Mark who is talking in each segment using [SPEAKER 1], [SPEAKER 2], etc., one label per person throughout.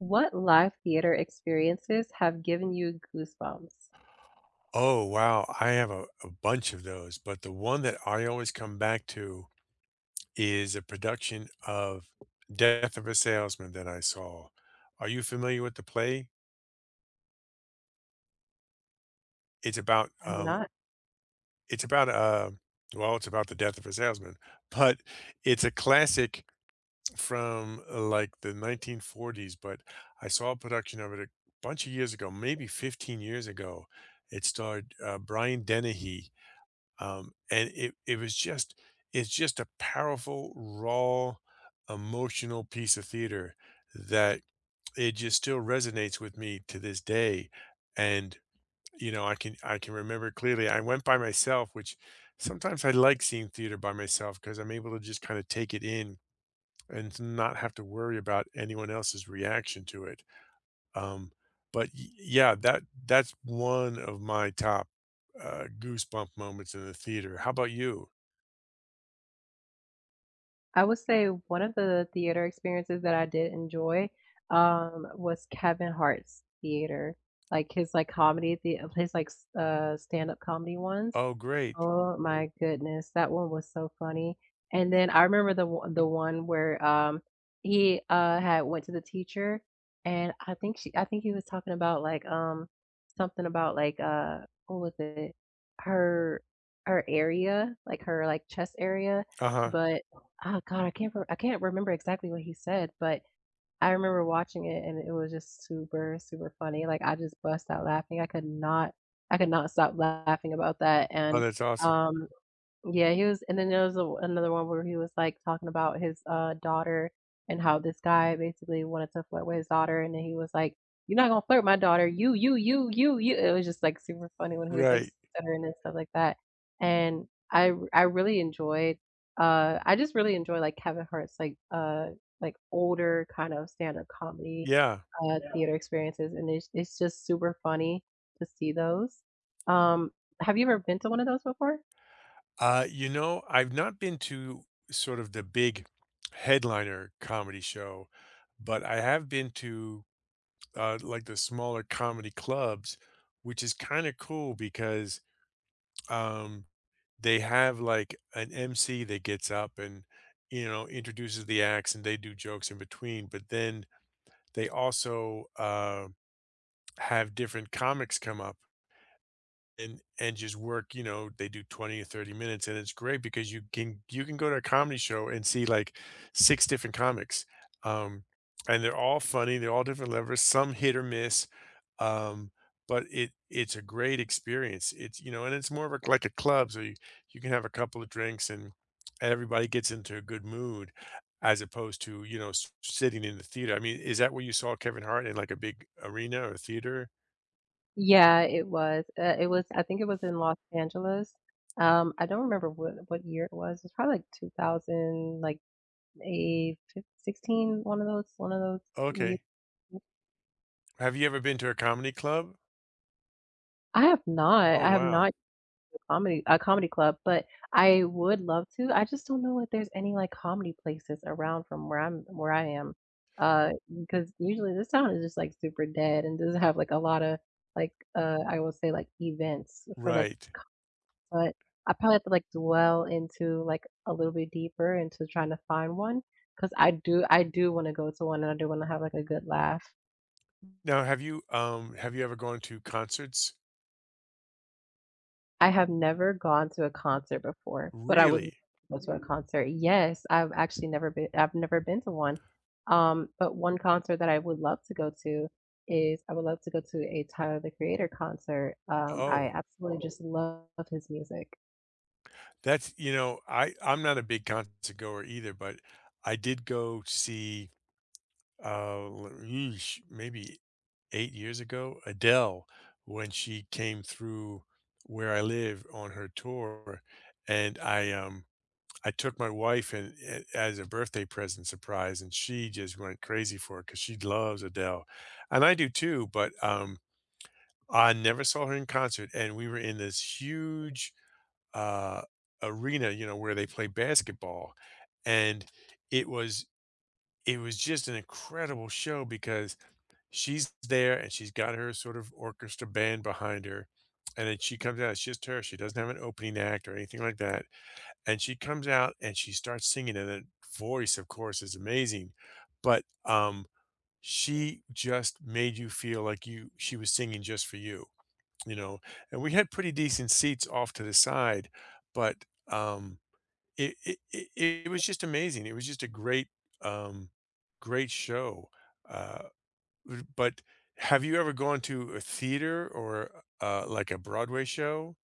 [SPEAKER 1] What live theater experiences have given you goosebumps?
[SPEAKER 2] Oh, wow. I have a bunch of those, but the one that I always come back to is a production of Death of a Salesman that I saw. Are you familiar with the play? It's about
[SPEAKER 1] I'm
[SPEAKER 2] um
[SPEAKER 1] not.
[SPEAKER 2] it's about well, it's about the death of a salesman, but it's a classic from like the 1940s. But I saw a production of it a bunch of years ago, maybe 15 years ago. It starred Brian Dennehy. And it was just it's just a powerful, raw, emotional piece of theater that it just still resonates with me to this day. And you know, I can remember clearly. I went by myself, which sometimes I like seeing theater by myself because I'm able to just kind of take it in and to not have to worry about anyone else's reaction to it. Um, but yeah, that's one of my top goosebump moments in the theater. How about you?
[SPEAKER 1] I would say one of the theater experiences that I did enjoy, was Kevin Hart's theater, like his like comedy, the his like stand-up comedy ones.
[SPEAKER 2] Oh, great.
[SPEAKER 1] Oh my goodness, that one was so funny. And then I remember the one where he had went to the teacher, and I think he was talking about like something about like what was it, her, her area, like her like chest area,
[SPEAKER 2] Uh-huh.
[SPEAKER 1] but Oh god, I can't re I can't remember exactly what he said, but I remember watching it and it was just super, super funny, like, I just bust out laughing, I could not stop laughing about that,
[SPEAKER 2] Oh,
[SPEAKER 1] and,
[SPEAKER 2] that's awesome.
[SPEAKER 1] um yeah, he was. And then there was a another one where he was, like, talking about his, daughter and how this guy basically wanted to flirt with his daughter, and then he was like, "You're not gonna flirt with my daughter. You, you, you, you, you." It was just, like, super funny when he was, like,
[SPEAKER 2] Right.
[SPEAKER 1] stuttering and stuff like that, and I really enjoyed, I just really enjoy, like, Kevin Hart's, like, older kind of stand-up comedy,
[SPEAKER 2] Yeah.
[SPEAKER 1] Yeah. Theater experiences, and it's just super funny to see those. Um, have you ever been to one of those before?
[SPEAKER 2] You know, I've not been to sort of the big headliner comedy show, but I have been to like the smaller comedy clubs, which is kind of cool because um, they have like an MC that gets up and you know introduces the acts, and they do jokes in between. But then they also have different comics come up, and just work. You know, they do 20 or 30 minutes, and it's great because you can go to a comedy show and see like six different comics. um and they're all funny, they're all different levels, some hit or miss. um but it's a great experience. It's, you know, and it's more of a, like a club, so you can have a couple of drinks, and everybody gets into a good mood, as opposed to, you know, sitting in the theater. I mean, is that where you saw Kevin Hart, in like a big arena or theater?
[SPEAKER 1] Yeah, it was, it was, I think it was in Los Angeles. I don't remember what year it was. It's probably like 2000, like, a fif 16, one of those years.
[SPEAKER 2] Okay. Have you ever been to a comedy club?
[SPEAKER 1] I have not.
[SPEAKER 2] Oh,
[SPEAKER 1] I have
[SPEAKER 2] wow.
[SPEAKER 1] not to comedy a comedy club, but I would love to. I just don't know if there's any, like, comedy places around from where I am, because usually this town is just, like, super dead and doesn't have, like, a lot of like, I will say, like, events for, like,
[SPEAKER 2] Right.
[SPEAKER 1] but I probably have to, like, dwell into, like, a little bit deeper into trying to find one because I do wanna go to one, and I do wanna have, like, a good laugh.
[SPEAKER 2] Now, have you ever gone to concerts?
[SPEAKER 1] I have never gone to a concert before, but I would love
[SPEAKER 2] Really?
[SPEAKER 1] to go to a concert. Yes, I've actually never been to one. But one concert that I would love to go to is I would love to go to a Tyler, the Creator concert. I
[SPEAKER 2] Oh,
[SPEAKER 1] absolutely just love his music.
[SPEAKER 2] that's, you know, I'm not a big concert goer either, but I did go see, eesh, maybe 8 years ago, Adele, when she came through where I live on her tour. And I took my wife and as a birthday present surprise, and she just went crazy for it because she loves Adele, and I do too. But I never saw her in concert, and we were in this huge, uh, arena, you know, where they play basketball, and it was it was just an incredible show because she's there, and she's got her sort of orchestra band behind her, and then she comes out, it's just her, she doesn't have an opening act or anything like that, and she comes out, and she starts singing, and the voice, of course, is amazing. But, she just made you feel like you she was singing just for you. You know, and we had pretty decent seats off to the side, but, it it was just amazing. It was just a great, um, great show. Uh, r But have you ever gone to a theater or, like a Broadway show?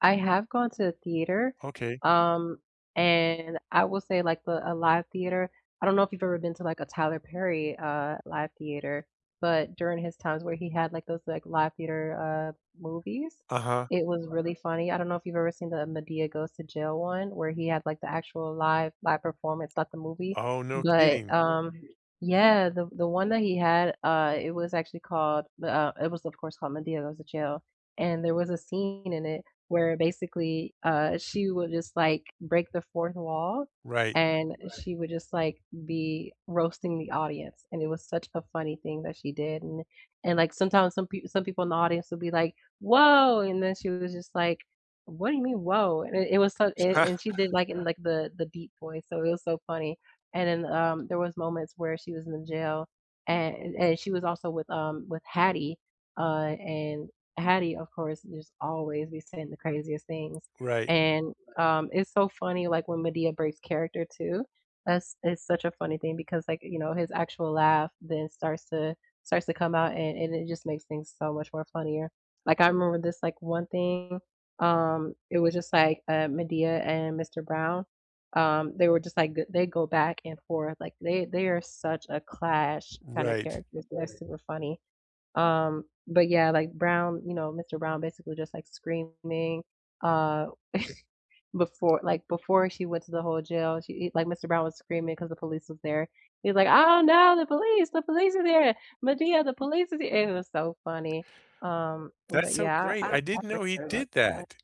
[SPEAKER 1] I have gone to a theater,
[SPEAKER 2] Okay.
[SPEAKER 1] um, and I will say like the a live theater. I don't know if you've ever been to like a Tyler Perry live theater, but during his times where he had like those like live theater movies,
[SPEAKER 2] Uh-huh.
[SPEAKER 1] it was really funny. I don't know if you've ever seen the Medea Goes to Jail one where he had like the actual live performance, not the movie,
[SPEAKER 2] Oh, no
[SPEAKER 1] but
[SPEAKER 2] kidding.
[SPEAKER 1] yeah, the one that he had it was actually called it was of course called Medea Goes to Jail, and there was a scene in it where basically, she would just, like, break the fourth wall,
[SPEAKER 2] Right.
[SPEAKER 1] and, right, she would just, like, be roasting the audience, and, it was such a funny thing that she did, and, like, sometimes some people, in the audience would be like, "Whoa," and then she was just like, "What do you mean, whoa?" And it was so, and she did, like, in, like, the deep voice, so it was so funny, and then, there was moments where she was in the jail, and she was also with Hattie, and Hattie, of course, just always be saying the craziest things.
[SPEAKER 2] Right.
[SPEAKER 1] And it's so funny, like when Medea breaks character too. That's It's such a funny thing because, like, you know, his actual laugh then starts to come out, and, it just makes things so much more funnier. Like I remember this like one thing, it was just like Medea and Mr. Brown. They were just like they go back and forth like they are such a clash kind of
[SPEAKER 2] Right.
[SPEAKER 1] characters. That's super funny, but yeah, like Brown, you know, Mr. Brown basically just like screaming, uh, before she went to the whole jail, like Mr. Brown was screaming because the police was there. He's like, "Oh no, the police! The police are there, Medea! The police is here!" It was so funny.
[SPEAKER 2] That's
[SPEAKER 1] But
[SPEAKER 2] so
[SPEAKER 1] yeah,
[SPEAKER 2] great. I
[SPEAKER 1] I
[SPEAKER 2] didn't
[SPEAKER 1] for
[SPEAKER 2] know he
[SPEAKER 1] sure love
[SPEAKER 2] did
[SPEAKER 1] that.
[SPEAKER 2] that.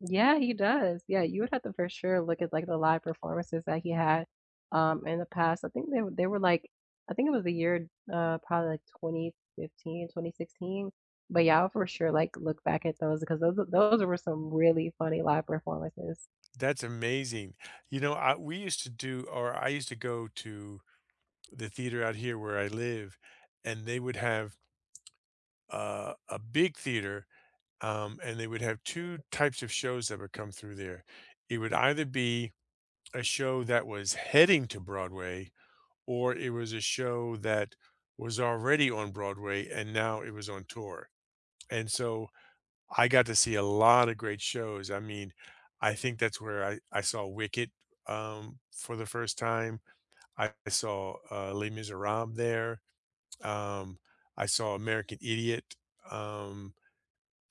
[SPEAKER 1] Yeah, he does. Yeah, you would have to for sure look at, like, the live performances that he had, in the past. I think they were, like, I think it was the year, probably, like, 2015, 2016. But yeah, I'll for sure, like, look back at those because those were some really funny live performances.
[SPEAKER 2] That's amazing. You know, I we used to do, or I used to go to the theater out here where I live, and they would have, a big theater, and they would have two types of shows that would come through there. It would either be a show that was heading to Broadway, or it was a show that was already on Broadway and now it was on tour. And so I got to see a lot of great shows. I mean, I think that's where I saw Wicked for the first time. I saw Les Miserables there. Um, I saw American Idiot. Um,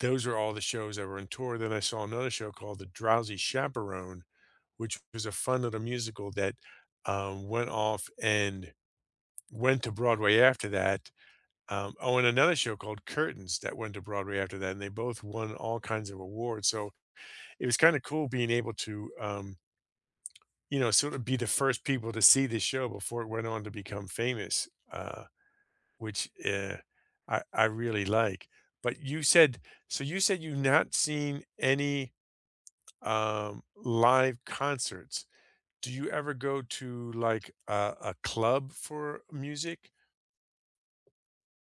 [SPEAKER 2] those are all the shows that were on tour. Then I saw another show called The Drowsy Chaperone, which was a fun little musical that, went off and went to Broadway after that. Oh, and another show called Curtains that went to Broadway after that, and they both won all kinds of awards. So it was kinda cool being able to, you know, sort of be the first people to see the show before it went on to become famous, which, I really like. But you said so you said you've not seen any live concerts. Do you ever go to like a club for music?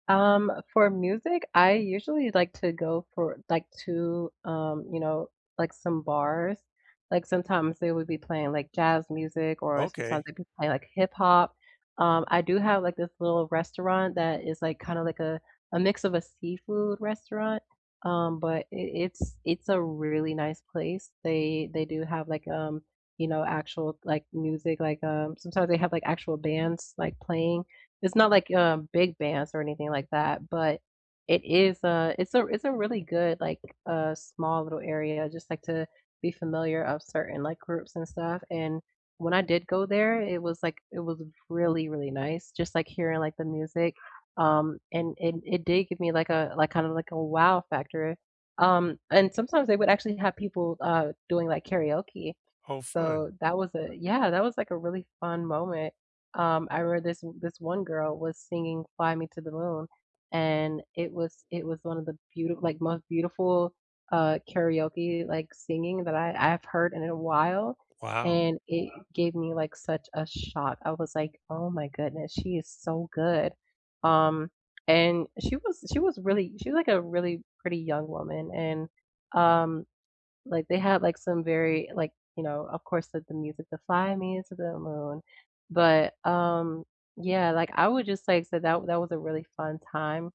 [SPEAKER 1] For music, I usually like to go for like to you know, like some bars. Like sometimes they would be playing like jazz music or sometimes
[SPEAKER 2] Okay.
[SPEAKER 1] they'd be playing like hip hop. I do have like this little restaurant that is like kind of like a mix of a seafood restaurant. But it's a really nice place. They do have like you know, actual like music, like sometimes they have like actual bands like playing. It's not like, big bands or anything like that, but it's a really good, like, small little area just, like, to be familiar of certain, like, groups and stuff, and when I did go there, it was really, really nice just, like, hearing, like, the music, and it did give me, like, a like, kind of like a wow factor, and sometimes they would actually have people, doing, like, karaoke,
[SPEAKER 2] Oh, fun.
[SPEAKER 1] so that was a yeah, that was, like, a really fun moment, I remember this one girl was singing "Fly Me to the Moon," and it was one of the beautiful, like, most beautiful karaoke, like, singing that I've heard in a while,
[SPEAKER 2] Wow.
[SPEAKER 1] and it gave me like such a shock. I was like, "Oh my goodness, she is so good." um, and she was like a really pretty young woman, and um like, they had, like, some very, like, you know, of course, like, the music, the "Fly Me to the Moon," but, yeah, like, I would just, like, say that was a really fun time.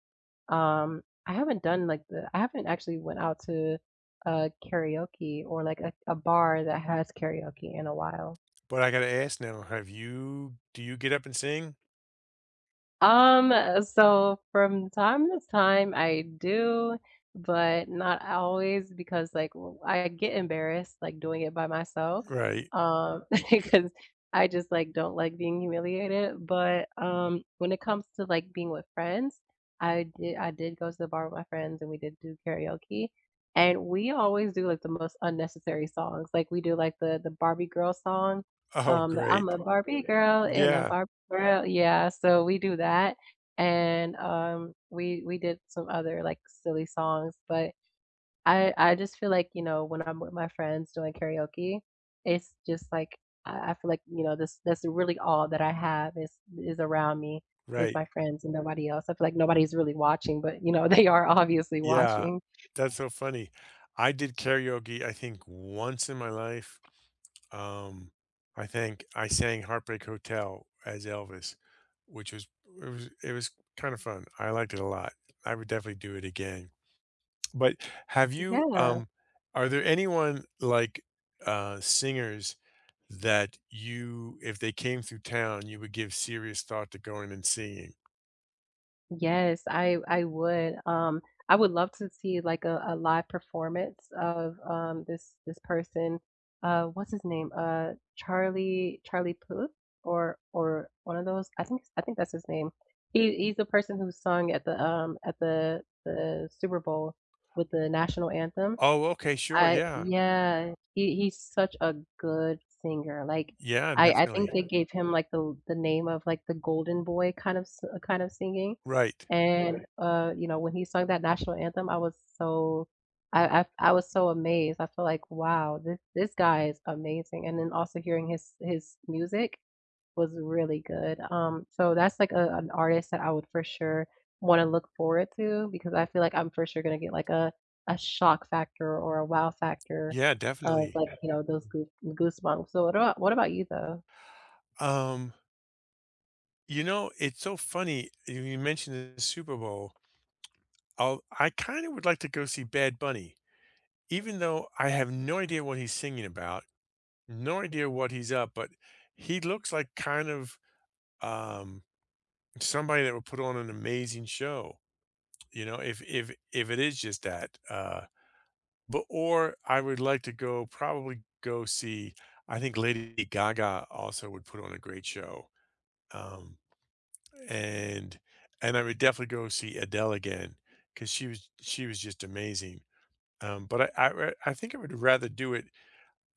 [SPEAKER 1] I haven't done, like, the I haven't actually went out to, karaoke or, like, a bar that has karaoke in a while.
[SPEAKER 2] But I gotta ask now, have you do you get up and sing?
[SPEAKER 1] Um, so from time to time I do, but not always because like w I get embarrassed like doing it by myself,
[SPEAKER 2] Right.
[SPEAKER 1] um, because I just like don't like being humiliated, but, when it comes to like being with friends, I did go to the bar with my friends, and we did do karaoke, and we always do like the most unnecessary songs, like we do like the Barbie girl song,
[SPEAKER 2] Oh,
[SPEAKER 1] the I'm
[SPEAKER 2] great.
[SPEAKER 1] a Barbie girl in a
[SPEAKER 2] Yeah,
[SPEAKER 1] Barbie well, yeah, so we do that, and, we did some other, like, silly songs, but I just feel like, you know, when I'm with my friends doing karaoke, it's just like, I feel like, you know, this that's really all that I have is around me, is
[SPEAKER 2] right.
[SPEAKER 1] my friends and nobody else. I feel like nobody's really watching, but, you know, they are obviously
[SPEAKER 2] Yeah.
[SPEAKER 1] watching.
[SPEAKER 2] That's so funny. I did karaoke, I think, once in my life. Um, I think I sang Heartbreak Hotel as Elvis, which was it was kind of fun. I liked it a lot. I would definitely do it again. But have you
[SPEAKER 1] Yeah.
[SPEAKER 2] are there anyone like singers that you, if they came through town, you would give serious thought to going and seeing?
[SPEAKER 1] Yes, I would. I would love to see like a live performance of this person. What's his name? Charlie Puth or one of those. I think that's his name. He's the person who sung at the at the Super Bowl with the national anthem.
[SPEAKER 2] Oh, okay, sure.
[SPEAKER 1] I
[SPEAKER 2] Yeah.
[SPEAKER 1] Yeah, he's such a good singer, like,
[SPEAKER 2] Yeah,
[SPEAKER 1] I think
[SPEAKER 2] definitely.
[SPEAKER 1] they gave him, like, the name of, like, the golden boy kind of s kind of singing,
[SPEAKER 2] Right.
[SPEAKER 1] and, you know, when he sung that national anthem, I was so I was so amazed. I feel like, "Wow, this guy is amazing," and then also hearing his music, was really good. So that's like a an artist that I would for sure wanna look forward to because I feel like I'm for sure gonna get like a shock factor or a wow factor
[SPEAKER 2] Yeah,
[SPEAKER 1] of,
[SPEAKER 2] definitely.
[SPEAKER 1] like, you know, those goosebumps. So what about you though?
[SPEAKER 2] Um, you know, it's so funny you mentioned the Super Bowl. I'll I kinda would like to go see Bad Bunny, even though I have no idea what he's singing about, no idea what he's up, but he looks like kind of, um, somebody that would put on an amazing show, you know, if it is just that, but or I would like to go see, I think Lady Gaga also would put on a great show, um, and and I would definitely go see Adele again because she was just amazing. But I think I would rather do it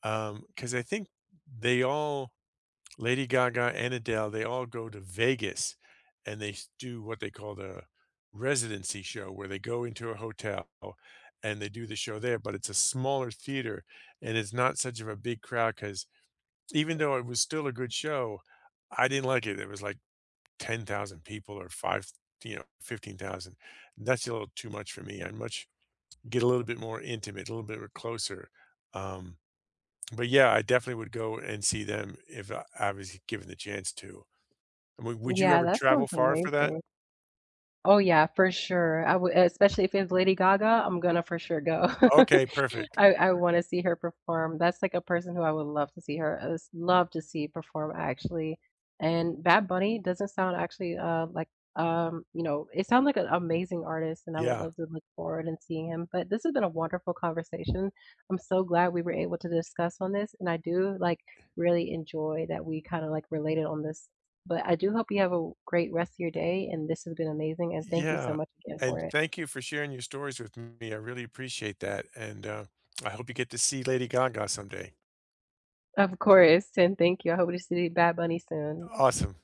[SPEAKER 2] because I think they all, Lady Gaga and Adele, they all go to Vegas, and they do what they call the residency show, where they go into a hotel and they do the show there, but it's a smaller theater, and it's not such of a big crowd. Because even though it was still a good show, I didn't like it was like 10,000 people, or 5, you know, 15,000. That's a little too much for me. I much get a little bit more intimate, a little bit closer. Um, but yeah, I definitely would go and see them if I was given the chance to. I mean, would you
[SPEAKER 1] Yeah,
[SPEAKER 2] ever
[SPEAKER 1] that sounds
[SPEAKER 2] travel far for that?
[SPEAKER 1] amazing. Oh yeah, for sure. I would, especially if it's Lady Gaga, I'm gonna for sure go.
[SPEAKER 2] Okay, perfect.
[SPEAKER 1] I wanna see her perform. That's, like, a person who I would love to see her s love to see perform, actually. And Bad Bunny doesn't sound actually, like, you know, it sounds like an amazing artist, and I would
[SPEAKER 2] Yeah.
[SPEAKER 1] love to look forward and seeing him, but this has been a wonderful conversation. I'm so glad we were able to discuss on this, and I do, like, really enjoy that we kinda, like, related on this. But I do hope you have a great rest of your day, and this has been amazing, and thank you so
[SPEAKER 2] Yeah.
[SPEAKER 1] much again for
[SPEAKER 2] And
[SPEAKER 1] it.
[SPEAKER 2] thank you for sharing your stories with me. I really appreciate that. And I hope you get to see Lady Gaga someday.
[SPEAKER 1] Of course, and thank you. I hope to see Bad Bunny soon.
[SPEAKER 2] Awesome.